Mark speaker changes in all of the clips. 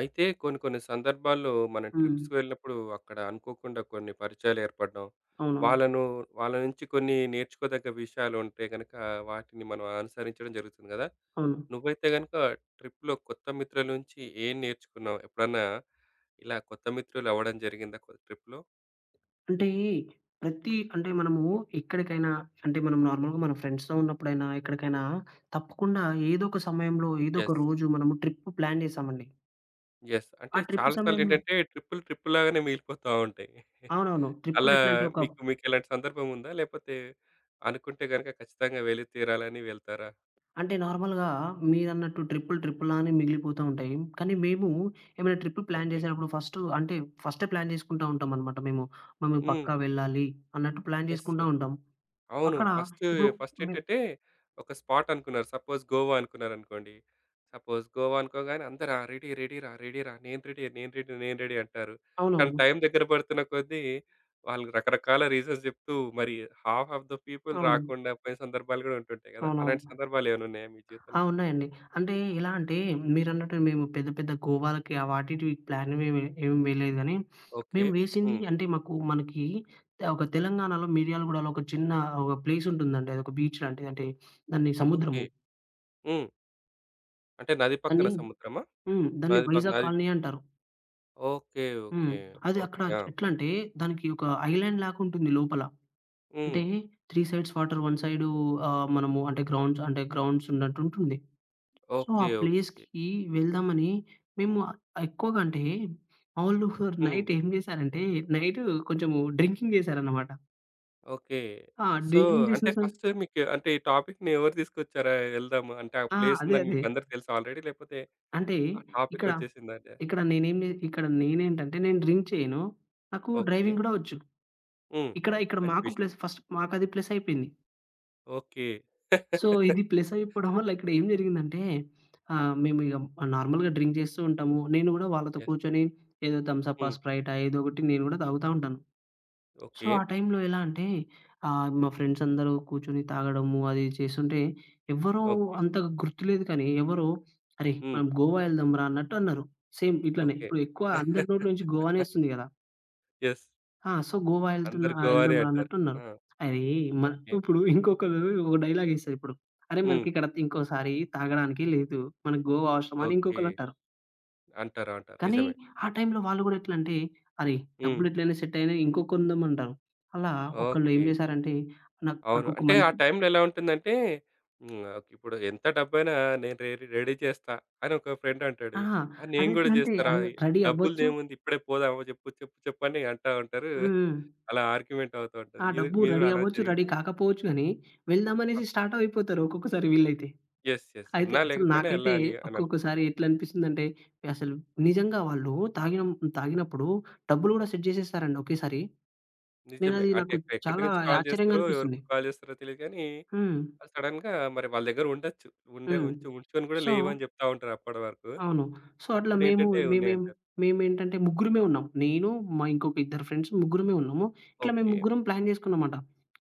Speaker 1: అయితే కొన్ని కొన్ని సందర్భాల్లో మనం
Speaker 2: హ్మ్.
Speaker 1: ట్రిప్స్‌కి వెళ్ళినప్పుడు అక్కడ అనుకోకుండా కొన్ని పరిచయాలు ఏర్పడడం,
Speaker 2: అవునవును.
Speaker 1: వాళ్ళను వాళ్ళ నుంచి కొన్ని నేర్చుకోదగ్గ విషయాలు ఉంటే గనక వాటిని మనం అనుసరించడం జరుగుతుంది గదా!
Speaker 2: అవును.
Speaker 1: నువ్వైతే గనుక ట్రిప్‌లో కొత్త మిత్రుల నుంచి ఏం నేర్చుకున్నావు? ఎప్పుడన్నా ఇలా కొత్త మిత్రులు అవ్వడం జరిగిందా ట్రిప్‌లో?
Speaker 2: అంటే ప్రతి అంటే మనము ఎక్కడికైనా మనం నార్మల్‌గా మన ఫ్రెండ్స్‌తో ఉన్నప్పుడైనా ఎక్కడికైనా తప్పకుండా ఏదో ఒక సమయంలో ఏదో ఒక
Speaker 1: యెస్.
Speaker 2: రోజు మనము ట్రిప్ ప్లాన్ చేసామండి.
Speaker 1: యెస్. అంటే
Speaker 2: ఆ ట్రిప్
Speaker 1: చాలా
Speaker 2: సమయంలో
Speaker 1: సార్లేంటంటే ట్రిప్పులు ట్రిప్పు లాగానే మిగిలిపోతా ఉంటాయి.
Speaker 2: అవునవును.
Speaker 1: అలా
Speaker 2: ట్రిప్పులు ఎట్లా అంటే ఒక
Speaker 1: మీకెలాంటి సందర్భం ఉందా? లేపోతే అనుకుంటే గనక ఖచ్చితంగా వెళ్ళి తీరాలని వెళ్తారా?
Speaker 2: అంటే నార్మల్‌గా మీరన్నట్టు ట్రిప్పులు ట్రిప్పులా అని మిగిలిపోతా ఉంటాయి. కానీ మేము ఏమైనా ట్రిప్ ప్లాన్
Speaker 1: ఓకే.
Speaker 2: చేసేటప్పుడు ఫస్ట్ అంటే ఫస్టే ప్లాన్ చేసుకుంటా ఉంటామనమాట మేము. మేము
Speaker 1: హ్మ్.
Speaker 2: పక్కా వెళ్ళాలి అన్నట్టు ప్లాన్
Speaker 1: యెస్.
Speaker 2: చేసుకుంటా
Speaker 1: యెస్.
Speaker 2: ఉంటాం.
Speaker 1: అవును.
Speaker 2: అక్కడ
Speaker 1: ఫస్ట్,
Speaker 2: ఇప్పుడు
Speaker 1: ఫస్ట్
Speaker 2: మే
Speaker 1: ఏంటంటే ఒక స్పాట్ అనుకున్నారు. సపోజ్ గోవా అనుకున్నారనుకోండి. సపోజ్ గోవా అనుకోగానే అందరు "ఆ! రెడీ, రెడీ రా, రెడీ రా, నేను రెడీ, నేను రెడీ, నేను రెడీ" అంటారు. కానీ
Speaker 2: అవునవును.
Speaker 1: టైం దగ్గర పడుతున్న కొద్దీ వాళ్ళు రకరకాల రీజన్స్ చెప్తూ మరి హాఫ్ ఆఫ్ ద పీపుల్
Speaker 2: అవును.
Speaker 1: రాకుండా పోయిన సందర్భాలు గూడా ఉంటుంటాయి గదా! అలాంటి
Speaker 2: అవునవును.
Speaker 1: సందర్భాలు ఏమైనా ఉన్నాయా మీ
Speaker 2: ఆ!
Speaker 1: జీవితంలో?
Speaker 2: ఉన్నాయండి. అంటే ఎలా అంటే మీరన్నట్టు మేము పెద్ద పెద్ద గోవాలకి ఆ వాటిటివి ప్లాన్ మేమి ఏమి వేయలేదు గానీ,
Speaker 1: ఓకే.
Speaker 2: మేము వేసింది
Speaker 1: హ్మ్.
Speaker 2: అంటే మనకి ఒక తెలంగాణలో మిర్యాలగూడలో ఒక చిన్న ఒక ప్లేస్ ఉంటుందండి. అదొక బీచ్ లాంటిది. అంటే దాన్ని
Speaker 1: ఓకే.
Speaker 2: సముద్రము.
Speaker 1: హ్మ్. అంటే నది పక్కన
Speaker 2: దాన్ని
Speaker 1: సముద్రమా?
Speaker 2: హ్మ్. దాన్ని వైజాగ్
Speaker 1: నది
Speaker 2: కాలనీ అంటారు.
Speaker 1: ఓకే.
Speaker 2: హ్మ్.
Speaker 1: ఓకే.
Speaker 2: అది అక్కడ
Speaker 1: ఓకే. ఆ!
Speaker 2: ఎట్లంటే దానికి ఒక ఐలాండ్ లాగా ఉంటుంది లోపల.
Speaker 1: హ్మ్.
Speaker 2: అంటే 3 సైడ్స్ వాటర్, 1 సైడు మనము అంటే గ్రౌండ్స్ అంటే గ్రౌండ్స్ ఉన్నట్టు ఉంటుంది. సో, ఆ
Speaker 1: ఓకే. ఓకే.
Speaker 2: ప్లేస్‌కి వెళ్దామని మేము ఆహ్, ఎక్కువగా అంటే మా వోళ్ళు
Speaker 1: హ్మ్.
Speaker 2: నైట్ ఏం చేశారంటే నైటు కొంచెము డ్రింకింగ్ చేశారన్నమాట.
Speaker 1: ఓకే.
Speaker 2: ఆ!
Speaker 1: సో,
Speaker 2: డ్రింకింగ్ చేసిన
Speaker 1: అంటే
Speaker 2: సం
Speaker 1: ఫస్ట్ మీకు అంటే ఈ టాపిక్‌ని ఎవరు తీసుకొచ్చారా ఎళ్దాము అంటే, ఆ
Speaker 2: ఆ!
Speaker 1: ప్లేస్
Speaker 2: అదే.
Speaker 1: ఉందని
Speaker 2: అదే.
Speaker 1: మీకు అందరికి తెలుసా ఆల్రెడీ? లేకపోతే
Speaker 2: అంటే
Speaker 1: ఆ టాపిక్
Speaker 2: ఇక్కడ,
Speaker 1: వచ్చేసిందండి.
Speaker 2: ఇక్కడ నేనేంటంటే నేను డ్రింక్ చేయను. నాకు
Speaker 1: ఓకే.
Speaker 2: డ్రైవింగ్ కూడా వచ్చు.
Speaker 1: హ్మ్.
Speaker 2: ఇక్కడ
Speaker 1: మంచి
Speaker 2: మాకు
Speaker 1: విషయం.
Speaker 2: ప్లస్ ఫస్ట్ మాకది ప్లస్ అయిపోయింది.
Speaker 1: ఓకే.
Speaker 2: సో, ఇది ప్లస్ అయిపోవడం వల్ల ఇక్కడ ఏం జరిగిందంటే మేము ఇగ నార్మల్‌గా డ్రింక్ చేస్తూ ఉంటాము. నేను కూడా వాళ్ళతో
Speaker 1: యెస్.
Speaker 2: కూర్చొని ఏదో థమ్స‌ప్పా,
Speaker 1: హ్మ్.
Speaker 2: స్ప్రైటా ఏదో ఒకటి నేను కూడా తాగుతా ఉంటాను. So,
Speaker 1: okay.
Speaker 2: ఆ టైంలో ఎలా అంటే మా ఫ్రెండ్స్ అందరూ కూర్చొని తాగడము అది చేస్తుంటే, ఎవ్వరూ
Speaker 1: ఓకే.
Speaker 2: అంత గుర్తులేదు కానీ ఎవరో "అరే!
Speaker 1: హ్మ్.
Speaker 2: మనం గోవా ఎళ్దాంరా" అన్నట్టు అన్నారు. సేమ్ ఇట్లనే.
Speaker 1: ఓకే.
Speaker 2: ఇప్పుడు ఎక్కువ అందరి నోట్లో నుంచి గోవానే వస్తుంది గదా!
Speaker 1: యెస్.
Speaker 2: ఆ! సో, "గోవా ఎళ్తున్నా
Speaker 1: అందరు గోవానే
Speaker 2: ఎళ్దాంరా"
Speaker 1: అంటారు.
Speaker 2: అన్నట్టు అన్నారు.
Speaker 1: ఆ!
Speaker 2: అరే! మన
Speaker 1: ఓకే.
Speaker 2: ఇప్పుడు ఇంకొకళ్ళు ఒక డైలాగ్ ఏస్తారు ఇప్పుడు. "అరే!
Speaker 1: హ్మ్.
Speaker 2: మనకిక్కడ ఇంకోసారి తాగడానికి లేదు. మనకు గోవా అవసరమా" అని
Speaker 1: ఓకే.
Speaker 2: ఇంకొకళ్ళంటారు.
Speaker 1: అంటారు. అంటారు.
Speaker 2: కానీ
Speaker 1: నిజమే.
Speaker 2: ఆ టైంలో వాళ్ళు గూడా ఎట్లంటే, అరే!
Speaker 1: హ్మ్.
Speaker 2: డబ్బులు ఎట్లైనా సెట్ అయినయి ఇంకో కొందామంటారు. అలా ఒకళ్ళు ఏం
Speaker 1: ఓకే.
Speaker 2: జేశారంటే, నాకు
Speaker 1: అవును.
Speaker 2: నాకొక
Speaker 1: అంటే ఆ
Speaker 2: మంచి
Speaker 1: టైంలో ఎలా ఉంటుందంటే, హ్మ్. ఆహ్, ఇప్పుడు ఎంత డబ్బైనా నేను రెడీ చేస్తా అని ఒక ఫ్రెండ్ అంటాడు.
Speaker 2: ఆ!
Speaker 1: ఆ! నేను గూడా
Speaker 2: అదెట్లంటే
Speaker 1: చేస్తారా
Speaker 2: అది రెడీ అవ్వచ్చు
Speaker 1: డబ్బులదేముంది ఇప్పుడే పోదామా చెప్పు, చెప్పు, చెప్పు అని అంటా ఉంటారు.
Speaker 2: హ్మ్.
Speaker 1: అలా ఆర్గ్యుమెంట్ అవుతూ ఉంటుంది.
Speaker 2: ఆ!
Speaker 1: మీది
Speaker 2: డబ్బు
Speaker 1: మీది
Speaker 2: రెడీ
Speaker 1: గూడా అలానే
Speaker 2: అవ్వచ్చు, రెడీ
Speaker 1: జరిగిందా?
Speaker 2: కాకపోవచ్చు గానీ, వెళ్దామనేసి
Speaker 1: ఓకే.
Speaker 2: స్టార్ట్ అయిపోతారు ఒక్కొక్కసారి వీళ్ళైతే.
Speaker 1: యెస్. యెస్.
Speaker 2: అయితే
Speaker 1: ఉన్నా
Speaker 2: అసలు
Speaker 1: లేకపోయినా
Speaker 2: నాకైతే
Speaker 1: ఎళ్ళాలి అని
Speaker 2: ఒక్కొక్కసారి
Speaker 1: అనుకుంటారు.
Speaker 2: ఎట్లా అనిపిస్తుందంటే, అసలు నిజంగా వాళ్ళు తాగినప్పుడు డబ్బులు గూడా సెట్ జేసేస్తారండి ఒకేసారి.
Speaker 1: నిజమే. అంటే
Speaker 2: నాకు
Speaker 1: ఎక్కడి
Speaker 2: చాలా
Speaker 1: నుంచి కాల్
Speaker 2: ఆశ్చర్యంగా
Speaker 1: చేస్తారో, ఎవరికి
Speaker 2: అనిపిస్తుంది.
Speaker 1: కాల్ చేస్తారో తెలీదు గానీ,
Speaker 2: హ్మ్.
Speaker 1: సడెన్‌గా మరి వాళ్ళ దగ్గర ఉండొచ్చు. ఉండే
Speaker 2: హ్మ్.
Speaker 1: ఉంచు ఉంచుకొని గూడా
Speaker 2: సో
Speaker 1: లేవని చెప్తా ఉంటారు అప్పటి వరకు.
Speaker 2: అవును. సో, అట్లా మేము
Speaker 1: అప్పుడేంటంటే
Speaker 2: మేమేం
Speaker 1: ఉన్నాయంటారు.
Speaker 2: మేమేంటంటే ముగ్గురమే ఉన్నాం. నేను, మా ఇంకొక ఇద్దరు ఫ్రెండ్స్ ముగ్గురమే ఉన్నాము. ఇట్లా మేము
Speaker 1: ఓకే.
Speaker 2: ముగ్గురం ప్లాన్ జేసుకున్నామట.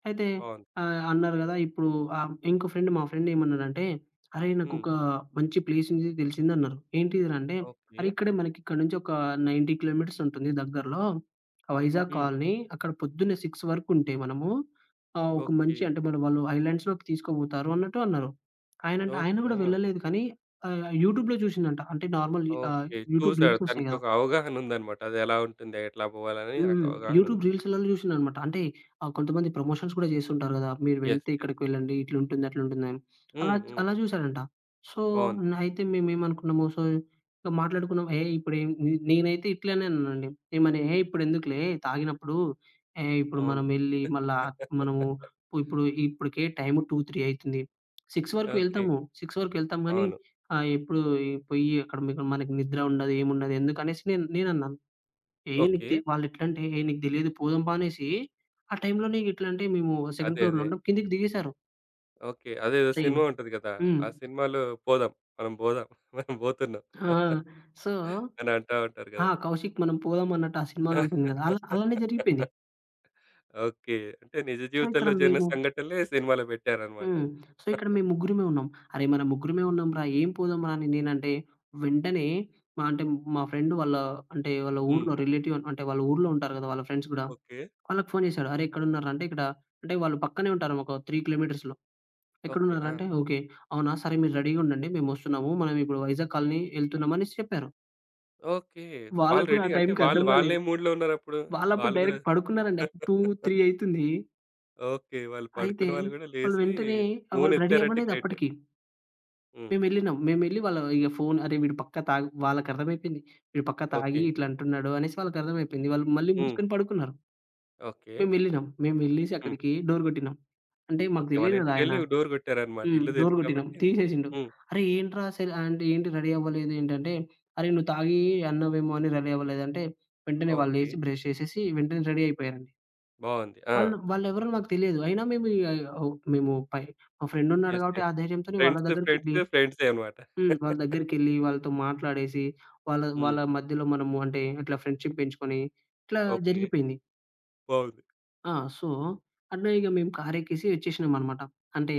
Speaker 2: అయితే
Speaker 1: బావుంది.
Speaker 2: అన్నారు గదా! ఇప్పుడు ఆహ్, ఇంకో ఫ్రెండ్ మా ఫ్రెండ్ ఏమన్నాడంటే, "అరేయ్!
Speaker 1: హ్మ్.
Speaker 2: నాకొక మంచి ప్లేస్ ఉంది తెలిసిందన్నారు." ఏంటిదిరా అంటే,
Speaker 1: ఓకే.
Speaker 2: "అరే! ఇక్కడ నుంచి ఒక 90 కిలోమీటర్స్ ఉంటుంది దగ్గరలో వైజాగ్
Speaker 1: హ్మ్.
Speaker 2: కాలనీ. అక్కడ పొద్దున్నే 6 వరకు ఉంటే మనము ఒక
Speaker 1: ఓకే.
Speaker 2: మంచి అంటే మన వాళ్ళు ఐలాండ్స్‌లోకి తీసుకోబోతారు" అన్నట్టు అన్నారు. ఆయన
Speaker 1: ఓకే.
Speaker 2: గూడా
Speaker 1: ఆ!
Speaker 2: వెళ్ళలేదు కానీ యూట్యూబ్‌లో చూసిందంట. ఆహ్,
Speaker 1: ఓకే.
Speaker 2: యూట్యూబ్
Speaker 1: చూసాడు.
Speaker 2: రీల్స్ వస్తాయి గదా!
Speaker 1: తనకొక అవగాహనుందనమాట. అదెలా ఉంటుంది? ఎట్లా పోవాలని ఒక
Speaker 2: హ్మ్. యూట్యూబ్
Speaker 1: అవగాహనుంది.
Speaker 2: రీల్స్‌లలో జూషిననమాట. అంటే కొంతమంది ప్రమోషన్స్ కూడా జేస్తుంటారు గదా! మీరు
Speaker 1: యెస్.
Speaker 2: వెళ్తే
Speaker 1: యెస్.
Speaker 2: ఇక్కడికి వెళ్ళండి, ఇట్లుంటుంది, అట్లుంటుందని. అలా
Speaker 1: హ్మ్. హ్మ్.
Speaker 2: అలా జూసారంట. సో,
Speaker 1: బావుంది.
Speaker 2: అయితే మేమేమనుకున్నాము, సో, ఇక మాట్లాడుకున్నాం. "ఏహ్! ఇప్పుడేం" నే నేనైతే ఇట్లనే అన్నానండి. ఏమని, "ఏహ్! ఇప్పుడెందుకులే తాగినప్పుడు, ఏహ్! ఇప్పుడు
Speaker 1: అవును.
Speaker 2: మనం వెళ్లి మళ్ళా మనము ఇప్పుడు ఇప్పటికే టైము 2, 3 అయితుంది. 6 వరకు
Speaker 1: ఓకే.
Speaker 2: వెళ్తాము. 6 వరకు వెళ్తాం గానీ,
Speaker 1: అవును.
Speaker 2: ఎప్పుడు పొయ్యి అక్కడ మనకి నిద్ర ఉండదు, ఏముండదు ఎందుకనేసి" నేనన్నాను. ఏహ్! నీకు
Speaker 1: ఓకే.
Speaker 2: తె వాళ్ళెట్లంటే, "ఏహ్! నీకు తెలీదు పోదాం పా" అనేసి, ఆ టైంలోనే ఎట్లంటే మేము సెకండ్
Speaker 1: అదే.
Speaker 2: ఫ్లోర్‌లో
Speaker 1: అదే.
Speaker 2: ఉంటాం. కిందకి దిగేశారు.
Speaker 1: ఓకే. అదేదో
Speaker 2: సేమ్.
Speaker 1: సినిమా ఉంటది కదా!
Speaker 2: హ్మ్.
Speaker 1: ఆ సినిమాలో పోదాం. మనం బోదాం. మనం బోతున్నాం
Speaker 2: ఆ! సో,
Speaker 1: అని అంటా ఉంటారు
Speaker 2: ఆ!
Speaker 1: గదా!
Speaker 2: కౌశిక్ మనం పోదాం అన్నట్టు ఆ సినిమాలో ఉంటుంది గదా! అలానే జరిగిపోయింది.
Speaker 1: ఓకే. అంటే నిజ
Speaker 2: సో, ఇక్కడ
Speaker 1: జీవితంలో జరిగిన
Speaker 2: మేము
Speaker 1: సంఘటనలే సినిమాలో పెట్టారనమాట.
Speaker 2: హ్మ్. సో, ఇక్కడ మేము ముగ్గురమే ఉన్నాం. "అరే! మనం ముగ్గురమే ఉన్నాం రా, ఏం పోదాం రా" అని నేనంటే, వెంటనే మా అంటే మా ఫ్రెండ్ వాళ్ళ అంటే వాళ్ళ
Speaker 1: హ్మ్.
Speaker 2: ఊర్లో రిలేటివ్ అంటే వాళ్ళ ఊర్లో ఉంటారు గదా! వాళ్ళ ఫ్రెండ్స్ గూడా.
Speaker 1: ఓకే.
Speaker 2: వాళ్ళకి ఫోను చేశాడు. "అరే! ఎక్కడున్నారురా" అంటే ఇక్కడ అంటే వాళ్ళు పక్కనే ఉంటారు. ఒక 3 కిలోమీటర్స్‌లో.
Speaker 1: ఓకే. ఆ!
Speaker 2: ఎక్కడున్నారంటే, ఓకే. అవునా! సరే మీరు రెడీగా ఉండండి. మేమొస్తున్నాము. మనం ఇప్పుడు వైజాగ్ కాలనీ ఎళ్తున్నాం అనేసి చెప్పారు.
Speaker 1: ఓకే. వాళ్ళు
Speaker 2: వాళ్ళకి గూడా ఆ
Speaker 1: రెడీగా అంటే
Speaker 2: టైంకి
Speaker 1: వాళ్ళు
Speaker 2: అర్థం
Speaker 1: వాళ్ళే
Speaker 2: గాలేదు.
Speaker 1: మూడ్‌లో ఉన్నారప్పుడు.
Speaker 2: వాళ్ళప్పుడు
Speaker 1: వాళ్ళు గూడా
Speaker 2: డైరెక్ట్ పడుకున్నారండి. అప్పుడు 2, 3 అయితుంది.
Speaker 1: ఓకే. వాళ్ళు
Speaker 2: అయితే
Speaker 1: పడుకున్న వాళ్ళు గూడా
Speaker 2: వాళ్ళు
Speaker 1: లేసి
Speaker 2: వెంటనే
Speaker 1: ఫోన్
Speaker 2: వాళ్ళు రెడీ
Speaker 1: ఎత్తారంటే
Speaker 2: అవ్వలేదు
Speaker 1: గ్రేటే.
Speaker 2: అప్పటికి.
Speaker 1: హ్మ్.
Speaker 2: మేమెళ్ళినాం. మేమెళ్లి వాళ్ళ ఇగ ఫోను అరే! వీడు పక్కా తాగి వాళ్ళకర్థమైపోయింది. వీడు పక్కా తాగి
Speaker 1: ఓకే.
Speaker 2: ఇట్లా అంటున్నాడు అనేసి వాళ్ళకర్థమైపోయింది. వాళ్ళు మళ్ళీ
Speaker 1: హ్మ్.
Speaker 2: మూసుకొని పడుకున్నారు.
Speaker 1: ఓకే.
Speaker 2: మేమెళ్ళినాం. మేమెళ్ళేసి
Speaker 1: హ్మ్.
Speaker 2: అక్కడికి డోర్ గొట్టినాం. అంటే మాకు
Speaker 1: ఓకే. వాళ్ళ
Speaker 2: తెలీదు గదా! ఆయన.
Speaker 1: ఇంటికెళ్ళి డోర్ గొట్టారన్నమాట.
Speaker 2: హ్మ్.
Speaker 1: ఇల్లు
Speaker 2: డోర్
Speaker 1: తెలుసు
Speaker 2: గొట్టినాం.
Speaker 1: కాబట్టి
Speaker 2: తీసేసిండు.
Speaker 1: హ్మ్.
Speaker 2: "అరే! ఏంట్రా అసలు" అంటే ఏంటి రెడీ అవ్వలేదు ఏంటంటే, "అరే! నువ్వు తాగి అన్నావేమో అని రెడీ అవ్వలేదంటే" వెంటనే వాళ్ళు
Speaker 1: ఓకే.
Speaker 2: లేసి బ్రష్ చేసేసి వెంటనే రెడీ అయిపోయారండి.
Speaker 1: బావుంది. ఆ!
Speaker 2: వాళ్ళు వాళ్ళెవరో నాకు తెలియదు. అయినా మేము ఇగ ఓహ్, మేము పై మా ఫ్రెండ్ ఉన్నాడు
Speaker 1: యెస్.
Speaker 2: కాబట్టి
Speaker 1: యెస్.
Speaker 2: ఆ ధైర్యంతోనే వాళ్ళ
Speaker 1: ఫ్రెండ్స్,
Speaker 2: దగ్గరికెళ్ళి
Speaker 1: ఫ్రెండ్స్, ఫ్రెండ్సే అన్నమాట. హ్మ్.
Speaker 2: హ్మ్. వాళ్ళ దగ్గరికెళ్ళి వాళ్ళతో మాట్లాడేసి వాళ్ళ వాళ్ళ మధ్యలో మనము అంటే ఇట్లా ఫ్రెండ్‌షిప్ పెంచుకొని ఇట్లా
Speaker 1: ఓకే.
Speaker 2: జరిగిపోయింది.
Speaker 1: బావుంది.
Speaker 2: ఆ! సో, అట్లా ఇగ మేము కారెక్కేసి వచ్చేసినామనమాట. అంటే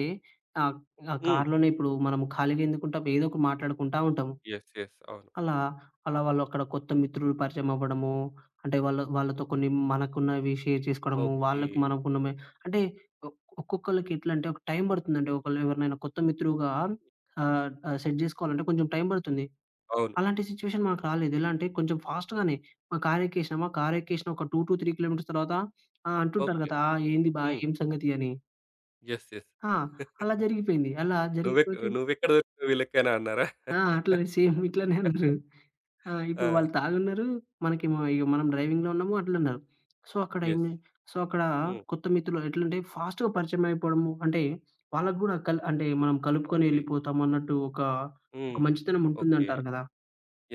Speaker 2: ఆహ్, ఆ
Speaker 1: హ్మ్.
Speaker 2: కార్‌లోనే ఇప్పుడు మనం ఖాళీగా ఎందుకుంటాం? ఏదో ఒకటి మాట్లాడుకుంటా ఉంటాం.
Speaker 1: యెస్. యెస్. అవును.
Speaker 2: అలా, అలా వాళ్ళు అక్కడ కొత్త మిత్రులు పరిచయం అవ్వడము, అంటే వాళ్ళ వాళ్ళతో కొన్ని మనకున్నవి షేర్ చేసుకోవడము,
Speaker 1: ఓకే.
Speaker 2: వాళ్ళకి మనకున్నమే అంటే ఒ ఒక్కొక్కళ్ళకి ఎట్లంటే ఒక టైం పడుతుందండి. ఒకళ్ళు ఎవరినైనా కొత్త మిత్రువుగా
Speaker 1: యెస్.
Speaker 2: ఆహ్, ఆహ్, సెట్ జేసుకోవాలంటే కొంచెం టైం పడుతుంది.
Speaker 1: అవును.
Speaker 2: అలాంటి సిట్యుయేషన్ మాకు రాలేదు. ఎలా అంటే కొంచెం ఫాస్ట్‌గానే కారెక్కేసిన ఒక 2-3 కిలోమీటర్స్ తర్వాత అంటుంటారు
Speaker 1: ఓకే.
Speaker 2: కదా! "ఆ! ఏంది బా
Speaker 1: హ్మ్.
Speaker 2: ఏం సంగతి" అని.
Speaker 1: యెస్. యెస్.
Speaker 2: ఆ! అలా జరిగిపోయింది. అలా జరిగిపోతే
Speaker 1: నువ్వెక్కడ దొరికినావు వీళ్ళకేనా అన్నారా?
Speaker 2: ఆ! సేమ్ ఇట్లనే అన్నారు. ఆ! ఇప్పుడు
Speaker 1: ఆ!
Speaker 2: వాళ్ళు తాగున్నారు. మనకేమో ఇగ మనం డ్రైవింగ్‌లో ఉన్నాము అట్లన్నారు. సో, అక్కడ
Speaker 1: యెస్.
Speaker 2: ఏమి సో, అక్కడ
Speaker 1: హ్మ్.
Speaker 2: కొత్త మిత్రులు ఎట్లంటే ఫాస్ట్‌గా పరిచయం అయిపోవడము. అంటే వాళ్ళకి గూడా కల్ అంటే మనం కలుపుకొని
Speaker 1: ఓకే.
Speaker 2: ఎళ్ళిపోతామన్నట్టు ఒక, ఒక
Speaker 1: హ్మ్.
Speaker 2: మంచితనం
Speaker 1: ఓకే.
Speaker 2: ఉంటుందంటారు కదా!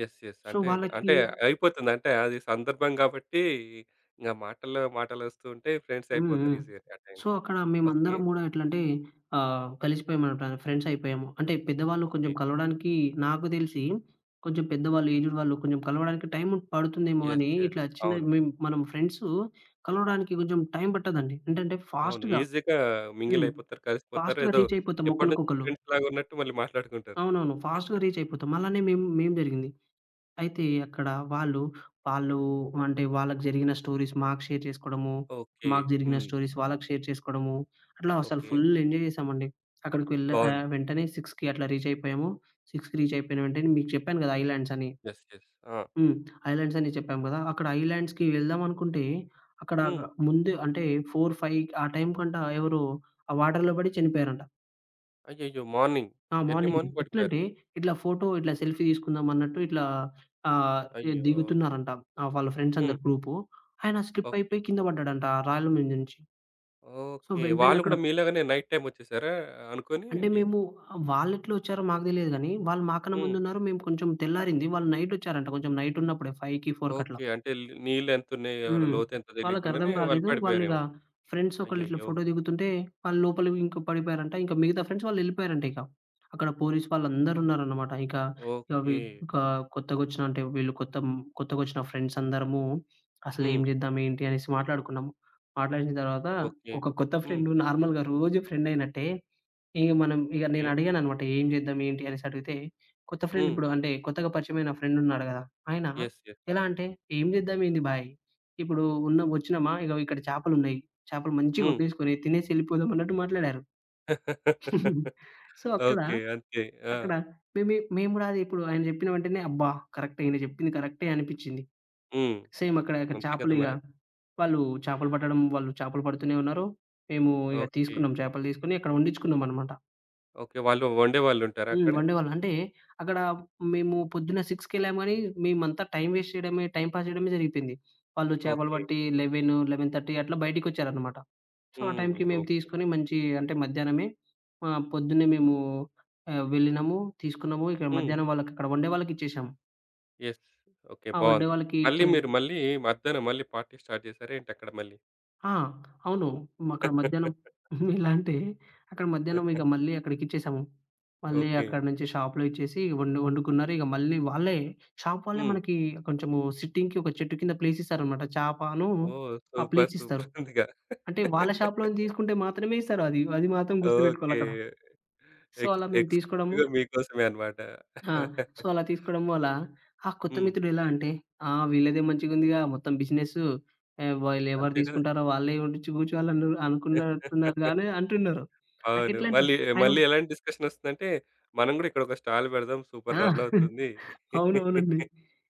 Speaker 1: యెస్. యెస్.
Speaker 2: సో,
Speaker 1: అంటే
Speaker 2: వాళ్ళకి
Speaker 1: అంటే అయిపోతుంది. అంటే అది సందర్భం కాబట్టి ఇంగ మాటల్లో మాటలొస్తూ ఉంటాయి. ఫ్రెండ్స్
Speaker 2: హ్మ్.
Speaker 1: అయిపోతారు
Speaker 2: హ్మ్.
Speaker 1: ఈజీగానే ఆ
Speaker 2: సో,
Speaker 1: టైంలో.
Speaker 2: అక్కడ
Speaker 1: ఓకే.
Speaker 2: మేమందరం గూడా ఎట్లంటే కలిసిపోయామనమాట. ఫ్రెండ్స్ అయిపోయాము. అంటే పెద్దవాళ్ళు కొంచెం
Speaker 1: ఓకే.
Speaker 2: కలవడానికి నాకు దెలిసి కొంచెం పెద్దవాళ్ళు, ఏజ్డ్ వాళ్ళు కొంచెం కలవడానికి టైం పడుతుందేమో
Speaker 1: యెస్.
Speaker 2: గానీ,
Speaker 1: యెస్.
Speaker 2: ఇట్లా చిన్న
Speaker 1: అవును.
Speaker 2: మనం ఫ్రెండ్సు కలవడానికి కొంచెం టైం పట్టదండి. ఏంటంటే
Speaker 1: అవును.
Speaker 2: ఫాస్ట్‌గా
Speaker 1: ఈజీగా మింగిల్
Speaker 2: హ్మ్.
Speaker 1: అయిపోతారు. కలిసిపోతారు.
Speaker 2: ఫాస్ట్‌గా
Speaker 1: ఏదో
Speaker 2: రీచ్ అయిపోతాం
Speaker 1: ఎప్పటినుంచో
Speaker 2: ఒకళ్ళకొకళ్ళు.
Speaker 1: ఫ్రెండ్స్‌లాగా ఉన్నట్టు మళ్ళీ మాట్లాడుకుంటారు.
Speaker 2: అవునవును. ఫాస్ట్‌గా రీచ్ అయిపోతాం. అలానే మేము మేము జరిగింది. అయితే అక్కడ వాళ్ళు, వాళ్ళు అంటే వాళ్ళకి జరిగిన స్టోరీస్ మాకు షేర్ చేసుకోవడము,
Speaker 1: ఓకే.
Speaker 2: మాకు జరిగిన
Speaker 1: హ్మ్.
Speaker 2: స్టోరీస్ వాళ్ళకి షేర్ చేసుకోవడము, అట్లా అసలు
Speaker 1: ఓకే.
Speaker 2: ఫుల్ ఎంజాయ్ చేశామండి.
Speaker 1: బావుంది.
Speaker 2: వెంటనే 6కి అట్లా రీచ్ అయిపోయాము. 6కి రీచ్ అయిపోయిన వెంటనే మీకు చెప్పాను కదా! ఐలాండ్స్ అని.
Speaker 1: యెస్. యెస్. ఆ!
Speaker 2: హ్మ్. ఐలాండ్స్ అని చెప్పాము కదా! అక్కడ ఐలాండ్స్‌కి వెళ్దాం అనుకుంటే, అక్కడ
Speaker 1: హ్మ్.
Speaker 2: ముందు అంటే 4, 5 ఆ టైం కంట ఎవరో ఆ వాటర్‌లో పడి చనిపోయారంట.
Speaker 1: అయ్యయ్యో! మార్నింగ్
Speaker 2: ఆ!
Speaker 1: Early
Speaker 2: morning.
Speaker 1: మార్నింగ్ పడిపోయారు.
Speaker 2: ఎట్లంటే ఇట్లా సెల్ఫీ తీసుకుందాం అన్నట్టు ఇట్లా ఆహ్, ఎ
Speaker 1: అయ్యో!
Speaker 2: దిగుతున్నారంట. ఆ! వాళ్ళ ఫ్రెండ్స్
Speaker 1: హ్మ్.
Speaker 2: అందరు గ్రూపు. ఆయన స్లిప్
Speaker 1: ఓకే.
Speaker 2: అయిపోయి కింద పడ్డాడంట ఆ రాళ్ళ మీద నుంచి. So,
Speaker 1: okay.
Speaker 2: వెంటనే
Speaker 1: వాళ్ళు
Speaker 2: అక్కడ
Speaker 1: గూడా మీలాగానే నైట్ టైమ్ వచ్చేసారా అనుకోని
Speaker 2: అంటే
Speaker 1: ఏంటి?
Speaker 2: మేము వాళ్ళెట్లా వచ్చారో మాకు తెలీదు గానీ, వాళ్ళు మాకన్నా
Speaker 1: హ్మ్.
Speaker 2: ముందున్నారు. మేము కొంచెం తెల్లారింది. వాళ్ళు నైట్ వచ్చారంట. కొంచెం నైట్ ఉన్నప్పుడే 5కి, 4కి అట్లా.
Speaker 1: ఓకే. అంటే నీళ్ళెంతున్నాయి, వాళ్ళ
Speaker 2: హ్మ్.
Speaker 1: లోతెంతో
Speaker 2: వాళ్ళకర్థం
Speaker 1: తెలియకుండానే వాళ్ళు
Speaker 2: కాలేదు. వాళ్ళిగ
Speaker 1: పడిపోయారేమో!
Speaker 2: ఫ్రెండ్స్ ఒకళ్ళిట్లా
Speaker 1: అయ్యయ్యో!
Speaker 2: ఫోటో దిగుతుంటే వాళ్ళు లోపలికి ఇంక పడిపోయారంట. ఇంక మిగతా ఫ్రెండ్స్ వాళ్ళెళ్ళిపోయారంట ఇక. అక్కడ పోలీస్ వాళ్ళందరున్నారనమాట. ఇక ఇక వి
Speaker 1: ఓకే.
Speaker 2: ఇక కొత్తగొచ్చిన అంటే వీళ్ళు కొత్త కొత్తగొచ్చిన ఫ్రెండ్స్ అందరము
Speaker 1: హ్మ్.
Speaker 2: అసలేం చేద్దాం, ఏంటి అనేసి మాట్లాడుకున్నాము. మాట్లాడిన తర్వాత
Speaker 1: ఓకే.
Speaker 2: ఒక కొత్త
Speaker 1: హ్మ్.
Speaker 2: ఫ్రెండ్ నార్మల్‌గా రోజు ఫ్రెండయినట్టే ఇగ మనం ఇగ
Speaker 1: ఏ
Speaker 2: నేనడిగాననమాట. ఏం చేద్దాం, ఏంటి అనేసి అడిగితే కొత్త ఫ్రెండ్
Speaker 1: హ్మ్.
Speaker 2: ఇప్పుడు అంటే కొత్తగా పరిచయమైన ఫ్రెండున్నాడు గదా! ఆయన
Speaker 1: యెస్. యెస్.
Speaker 2: ఎలా అంటే, "ఏం చేద్దాం ఏంది బాయ్" ఇప్పుడు ఉన్న "వచ్చినామా, ఇగో ఇక్కడ చేపలున్నాయి. చేపలు మంచిగా
Speaker 1: హ్మ్.
Speaker 2: వండేసుకొని తినేసి ఎళ్ళిపోదాం" అన్నట్టు మాట్లాడారు. సో, అక్కడ
Speaker 1: ఓకే. అంతే. ఆ!
Speaker 2: అక్కడ మేము గూడా అది ఇప్పుడు ఆయన జెప్పిన వెంటనే అబ్బా! ఈయన జెప్పింది కరెక్టే అనిపిచ్చింది.
Speaker 1: హ్మ్.
Speaker 2: సేమ్ అక్కడ ఇక
Speaker 1: అంతే కదా
Speaker 2: చేపలు ఇగ
Speaker 1: మరి!
Speaker 2: వాళ్ళు వాళ్ళు చేపలు పడుతూనే ఉన్నారు. మేము ఇగ
Speaker 1: ఓకే.
Speaker 2: తీసుకున్నాం చేపలు తీసుకొని అక్కడ వండించుకున్నామనమాట.
Speaker 1: ఓకే. వాళ్ళు వండేవాళ్ళుంటారా
Speaker 2: హ్మ్.
Speaker 1: అక్కడ?
Speaker 2: వండేవాళ్ళు. అంటే అక్కడ మేము పొద్దున్న 6కెళ్ళాము గానీ మేమంతా టైం వేస్ట్ చేయడమే, టైం పాస్ చేయడమే జరిగిపోయింది. వాళ్ళు చేపలు
Speaker 1: ఓకే.
Speaker 2: పట్టి 11, 11:30 అట్లా బయటికొచ్చారనమాట. సో, ఆ
Speaker 1: హ్మ్.
Speaker 2: టైంకి మేము
Speaker 1: ఓకే.
Speaker 2: తీసుకొని మంచి అంటే మధ్యాహ్నమే పొద్దున్నే మేము వెళ్ళినాము, తీసుకున్నాము. ఇక్కడ
Speaker 1: హ్మ్.
Speaker 2: మధ్యాహ్నం అక్కడ వండే వాళ్ళకిచ్చేసాము.
Speaker 1: యెస్. ఓకే.
Speaker 2: ఆ! వండే
Speaker 1: బావుంది.
Speaker 2: వాళ్ళకి
Speaker 1: మళ్ళీ
Speaker 2: ఇచ్చే
Speaker 1: మీరు మళ్ళీ మధ్యాహ్నం మళ్ళీ పార్టీ స్టార్ట్ చేసారా ఏంటి అక్కడ మళ్ళీ?
Speaker 2: ఆ! అవును. మ- అక్కడ మధ్యాహ్నం ఎలా అంటే అక్కడ మధ్యాహ్నం ఇక మళ్ళీ అక్కడికిచ్చేసాము. మళ్ళీ
Speaker 1: ఓకే.
Speaker 2: అక్కడి నుంచి షాప్‌లో ఇచ్చేసి వండుకున్నారు. ఇక మళ్ళీ షాప్ వాళ్ళే
Speaker 1: హ్మ్.
Speaker 2: మనకి కొంచెము సిట్టింగ్‌కి ఒక చెట్టు కింద ప్లేస్ ఇస్తారనమాట.
Speaker 1: ఓహ్!
Speaker 2: ఆ
Speaker 1: సూపర్.
Speaker 2: ప్లేస్ ఇస్తారు.
Speaker 1: సూపర్ ఉందిగా.
Speaker 2: అంటే వాళ్ళ షాప్‌లోంచి తీసుకుంటే మాత్రమే ఇస్తారు అది. అది మాత్రం
Speaker 1: ఓకే.
Speaker 2: గుర్తుపెట్టుకోవాలక్కడ. సో, అలా మేము తీసుకోవడము
Speaker 1: ఎక్స్‌క్లూజివ్‌గా మీకోసమే అన్నమాట.
Speaker 2: ఆ! సో, అలా తీసుకోవడం వల్ల ఆ కొత్త
Speaker 1: హ్మ్.
Speaker 2: మిత్రుడు ఎలా అంటే, "ఆ! వీళ్ళదే మంచిగుందిగా మొత్తం బిజినెసు. వీళ్ళెవరు
Speaker 1: అంతే కదా!
Speaker 2: తీసుకుంటారో వాళ్ళే వండిచ్చి కూర్చోవాలని అనుకున్నట్టున్నారు" గాని అంటున్నారు.
Speaker 1: అవును.
Speaker 2: నాకెట్లంటే
Speaker 1: మళ్ళీ
Speaker 2: ఆయన
Speaker 1: మళ్ళీ ఎలాంటి డిస్కషన్ వస్తుందంటే, మనం కూడా ఇక్కడ ఒక స్టాల్ పెడదాం. సూపర్
Speaker 2: ఆ!
Speaker 1: రన్ అవుతుంది.
Speaker 2: అవునవునండి.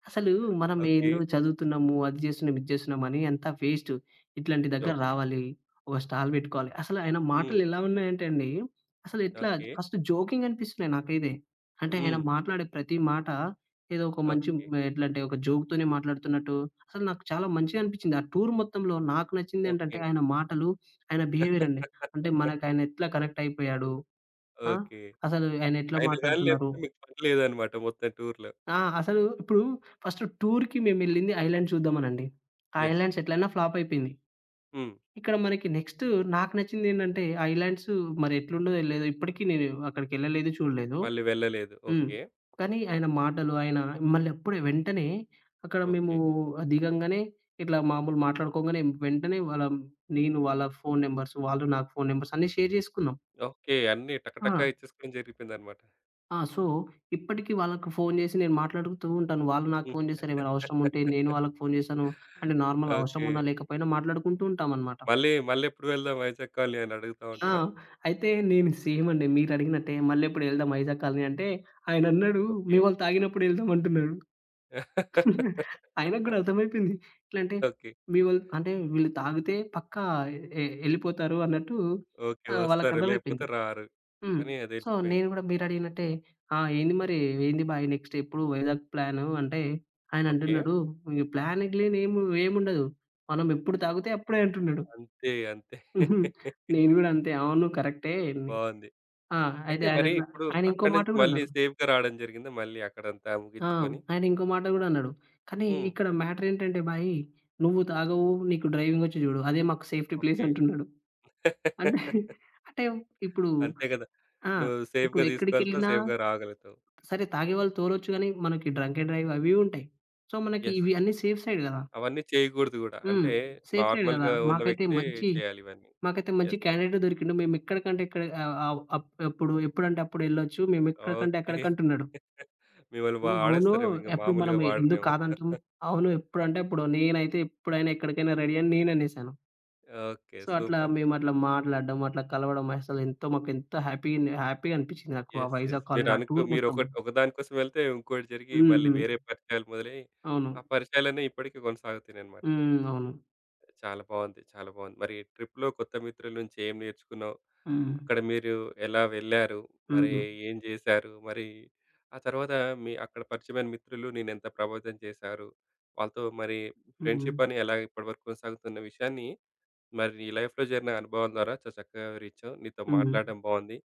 Speaker 2: అసలు మనం
Speaker 1: ఓకే.
Speaker 2: ఏందో చదువుతున్నాము, అది జేస్తున్నాం, ఇది జేస్తున్నాం అని అంతా వేస్టు. ఇట్లాంటి దగ్గర
Speaker 1: ఓకే.
Speaker 2: రావాలి. ఒక స్టాల్ బెట్టుకోవాలి. అసలు ఆయన
Speaker 1: హ్మ్.
Speaker 2: మాటలెలా ఉన్నాయంటే అండి, అసలు ఎట్లా
Speaker 1: ఓకే.
Speaker 2: ఫస్ట్ జోకింగ్ అనిపిస్తున్నాయి నాకైతే. అంటే ఆయన
Speaker 1: హ్మ్.
Speaker 2: మాట్లాడే ప్రతి మాట ఏదో ఒక మంచి
Speaker 1: ఓకే.
Speaker 2: ఎట్లంటే ఒక జోక్‌తోనే మాట్లాడుతున్నట్టు అసలు నాకు చాలా మంచిగా అనిపిచ్చింది. ఆ టూర్ మొత్తంలో నాకు నచ్చింది ఏంటంటే
Speaker 1: ఓకే.
Speaker 2: ఆయన మాటలు, ఆయన బిహేవియర్ అండి. అంటే మనకు ఆయన ఎట్లా కనెక్ట్ అయిపోయాడు. ఆ!
Speaker 1: ఓకే.
Speaker 2: అసలు ఆయన ఎట్లా
Speaker 1: అయినా గాని
Speaker 2: మాట్లాడుతున్నారు?
Speaker 1: లేకపోతే మీకు పని లేదనమాట మొత్తం టూర్‌లో.
Speaker 2: ఆ! అసలు ఇప్పుడు ఫస్ట్ టూర్‌కి మేమెళ్ళింది ఐలాండ్ చూద్దామనండి. ఆ
Speaker 1: యెస్.
Speaker 2: ఐలాండ్స్ ఎట్లైనా ఫ్లాప్ అయిపోయింది.
Speaker 1: హ్మ్.
Speaker 2: ఇక్కడ మనకి నెక్స్ట్ నాకు నచ్చిందేంటంటే ఐలాండ్స్ మరి ఎట్లుండదో లేదో ఇప్పటికి నేను అక్కడికెళ్ళలేదు చూడలేదు.
Speaker 1: మళ్ళీ వెళ్ళలేదు.
Speaker 2: హ్మ్.
Speaker 1: ఓకే.
Speaker 2: కానీ ఆయన మాటలు ఆయన మళ్ళీ అప్పుడే వెంటనే అక్కడ మేము
Speaker 1: ఓకే.
Speaker 2: దిగంగానే ఇట్లా మామూలు మాట్లాడుకోంగానే వెంటనే నేను వాళ్ళ ఫోను నంబర్స్, వాళ్ళు నాకు ఫోను నంబర్స్ అన్నీ షేర్ జేసుకున్నాం.
Speaker 1: ఓకే. అన్నీ టకటకా
Speaker 2: ఆ!
Speaker 1: ఇచ్చేసుకోవడం జరిగిపోయిందనమాట.
Speaker 2: ఆ! సో, ఇప్పటికి వాళ్ళకి ఫోను జేసి నేను మాట్లాడుతూ ఉంటాను. వాళ్ళు నాకు
Speaker 1: హ్మ్.
Speaker 2: ఫోను జేశారు. ఏమైనా అవసరం ఉంటే నేను వాళ్ళకి ఫోను జేశాను. అంటే నార్మల్ అవసరం
Speaker 1: ఓకే.
Speaker 2: ఉన్నా, లేకపోయినా మాట్లాడుకుంటూ ఉంటామనమాట.
Speaker 1: మళ్ళెప్పుడు వెళ్దాం వైజాగ్ కాలనీ అని అడుగుతా
Speaker 2: ఆ!
Speaker 1: ఉంటారా?
Speaker 2: అయితే నేను సేమ్ అండి మీరడిగినట్టే మళ్ళెప్పుడు ఎళ్దాం వైజాగ్ కాలనీ అంటే ఆయనన్నాడు,
Speaker 1: ఓకే.
Speaker 2: "మీ వాళ్ళు తాగినప్పుడు ఎళ్దాం" అంటున్నాడు. ఆయనకు గూడా అర్థమైపోయింది. ఎట్లా అంటే
Speaker 1: ఓకే.
Speaker 2: మీ వాళ్ళు అంటే వీళ్ళు తాగితే పక్కా ఎళ్ళిపోతారు అన్నట్టు
Speaker 1: ఓకే. వస్తారు లేకపోతే
Speaker 2: వాళ్ళకర్థమైపోయింది.
Speaker 1: రారు
Speaker 2: హ్మ్.
Speaker 1: అని అది
Speaker 2: సో,
Speaker 1: తెలిసిపోయింది.
Speaker 2: నేను గూడా మీరడిగినట్టే, "ఆ! ఏంది మరి ఏంది బాయ్ నెక్స్ట్ ఎప్పుడు వైజాగ్ ప్లాను?" అంటే,
Speaker 1: ఓకే.
Speaker 2: ఆయనంటున్నాడు, "ఇగ ప్లాన్ గ్లీన్ ఏముండదు. మనం ఎప్పుడు తాగితే అప్పుడే" అంటున్నాడు.
Speaker 1: అంతే. అంతే.
Speaker 2: నేను గూడా అంతే, "అవును కరెక్టే." ని
Speaker 1: బావుంది.
Speaker 2: ఆ! అయితే
Speaker 1: అయితే మరి
Speaker 2: ఆయనన్న
Speaker 1: ఇప్పుడు
Speaker 2: ఆయన ఇంకో
Speaker 1: అక్కడి
Speaker 2: మాట
Speaker 1: నుంచి
Speaker 2: గూడా
Speaker 1: మళ్ళీ
Speaker 2: అన్నాడు.
Speaker 1: సేఫ్‌గా రావడం జరిగిందా? మళ్ళీ అక్కడంతా
Speaker 2: ఆ!
Speaker 1: ముగించుకొని?
Speaker 2: ఆయన ఇంకో మాట గూడా అన్నాడు. కానీ
Speaker 1: హ్మ్.
Speaker 2: ఇక్కడ మ్యాటర్ ఏంటంటే భాయ్, "నువ్వు తాగవు, నీకు డ్రైవింగొచ్చు జూడు. అదే మాకు సేఫ్టీ ప్లేస్"
Speaker 1: ఓకే.
Speaker 2: అంటున్నాడు. అంటే, అంటే ఇప్పుడు
Speaker 1: అంతే కదా!
Speaker 2: ఆ!
Speaker 1: నువ్వు
Speaker 2: ఇప్పుడు
Speaker 1: సేఫ్‌గా తీసుకెళ్తావు.
Speaker 2: ఎక్కడికెళ్ళినా
Speaker 1: సేఫ్‌గా రాగలుగుతావు.
Speaker 2: సరే తాగేవాళ్ళు తోలొచ్చు గానీ, మనకి డ్రంక్ అండ్ డ్రైవ్ అవి ఉంటాయి. సో, మనకి
Speaker 1: యెస్.
Speaker 2: ఇవి అన్నీ సేఫ్ సైడ్ గదా!
Speaker 1: అవన్నీ చేయకూడదు గూడా.
Speaker 2: హ్మ్.
Speaker 1: అంటే
Speaker 2: సేఫ్ సైడ్ గదా!
Speaker 1: నార్మల్‌గా ఉన్న వ్యక్తే చేయాలి ఇవన్నీ.
Speaker 2: మాకైతే మంచి
Speaker 1: యెస్.
Speaker 2: క్యాండిడేట్ దొరికిండు. మేమెక్కడికంటే ఇక్కడ ఆహ్, ఆహ్, అప్ ఎప్పుడు ఎప్పుడంటే అప్పుడెళ్ళొచ్చు. మేమెక్కడికంటే
Speaker 1: ఓకే.
Speaker 2: అక్కడికంటున్నాడు.
Speaker 1: మిమ్మల్ని
Speaker 2: హ్మ్. అవును.
Speaker 1: వాడేస్తారేమో ఇంక
Speaker 2: ఎప్పుడు మనం
Speaker 1: మామూలుగా
Speaker 2: ఎందుకు
Speaker 1: వాడరేమో.
Speaker 2: కాదంటాం? అవును. ఎప్పుడంటే అప్పుడు. నేనైతే ఎప్పుడైనా ఎక్కడికైనా రెడీ అని నేననేసాను.
Speaker 1: ఓకే.
Speaker 2: సో, అట్లా
Speaker 1: సూపర్.
Speaker 2: మేమట్లా మాట్లాడడం, అట్లా కలవడం మాకెంతో హ్యాపీగా అనిపిచ్చింది నాకు. ఆ
Speaker 1: యెస్. యెస్.
Speaker 2: వైజాగ్ కాలనీ, ఆ
Speaker 1: మీరనుకో
Speaker 2: టూర్
Speaker 1: మీరు ఒక
Speaker 2: మొత్తంలో.
Speaker 1: ఒకదాని కోసం వెళ్తే ఇంకోటి జరిగి
Speaker 2: హ్మ్.
Speaker 1: మళ్ళీ
Speaker 2: హ్మ్.
Speaker 1: వేరే పరిచయాలు మొదలై,
Speaker 2: అవును.
Speaker 1: ఆ పరిచయాలన్నీ ఇప్పటికి కొనసాగుతున్నాయన్నమాట.
Speaker 2: హ్మ్. అవును.
Speaker 1: చాలా బాగుంది. చాలా బాగుంది. మరి ట్రిప్‌లో కొత్త మిత్రుల నుంచి ఏం నేర్చుకున్నావు?
Speaker 2: హ్మ్.
Speaker 1: అక్కడ మీరు ఎలా వెళ్లారు? మరి
Speaker 2: హ్మ్.
Speaker 1: ఏం జేశారు? మరి ఆ తర్వాత మీ అక్కడ పరిచయమైన మిత్రులు నేనెంత ప్రభావితం చేశారు? వాళ్ళతో మరి
Speaker 2: హ్మ్.
Speaker 1: ఫ్రెండ్‌షిప్ అని ఎలా ఇప్పటివరకు కొనసాగుతున్న విషయాన్ని మరి నీ లైఫ్‌లో జరిగిన అనుభవం ద్వారా చాలా చక్కగా వివరించావు. నీతో
Speaker 2: హ్మ్.
Speaker 1: మాట్లాడడం బాగుంది.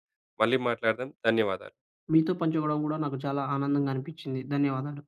Speaker 1: మళ్ళీ మాట్లాడదాం. ధన్యవాదాలు.
Speaker 2: మీతో పంచుకోవడం గూడా నాకు చాలా ఆనందంగా అనిపిచ్చింది. ధన్యవాదాలు.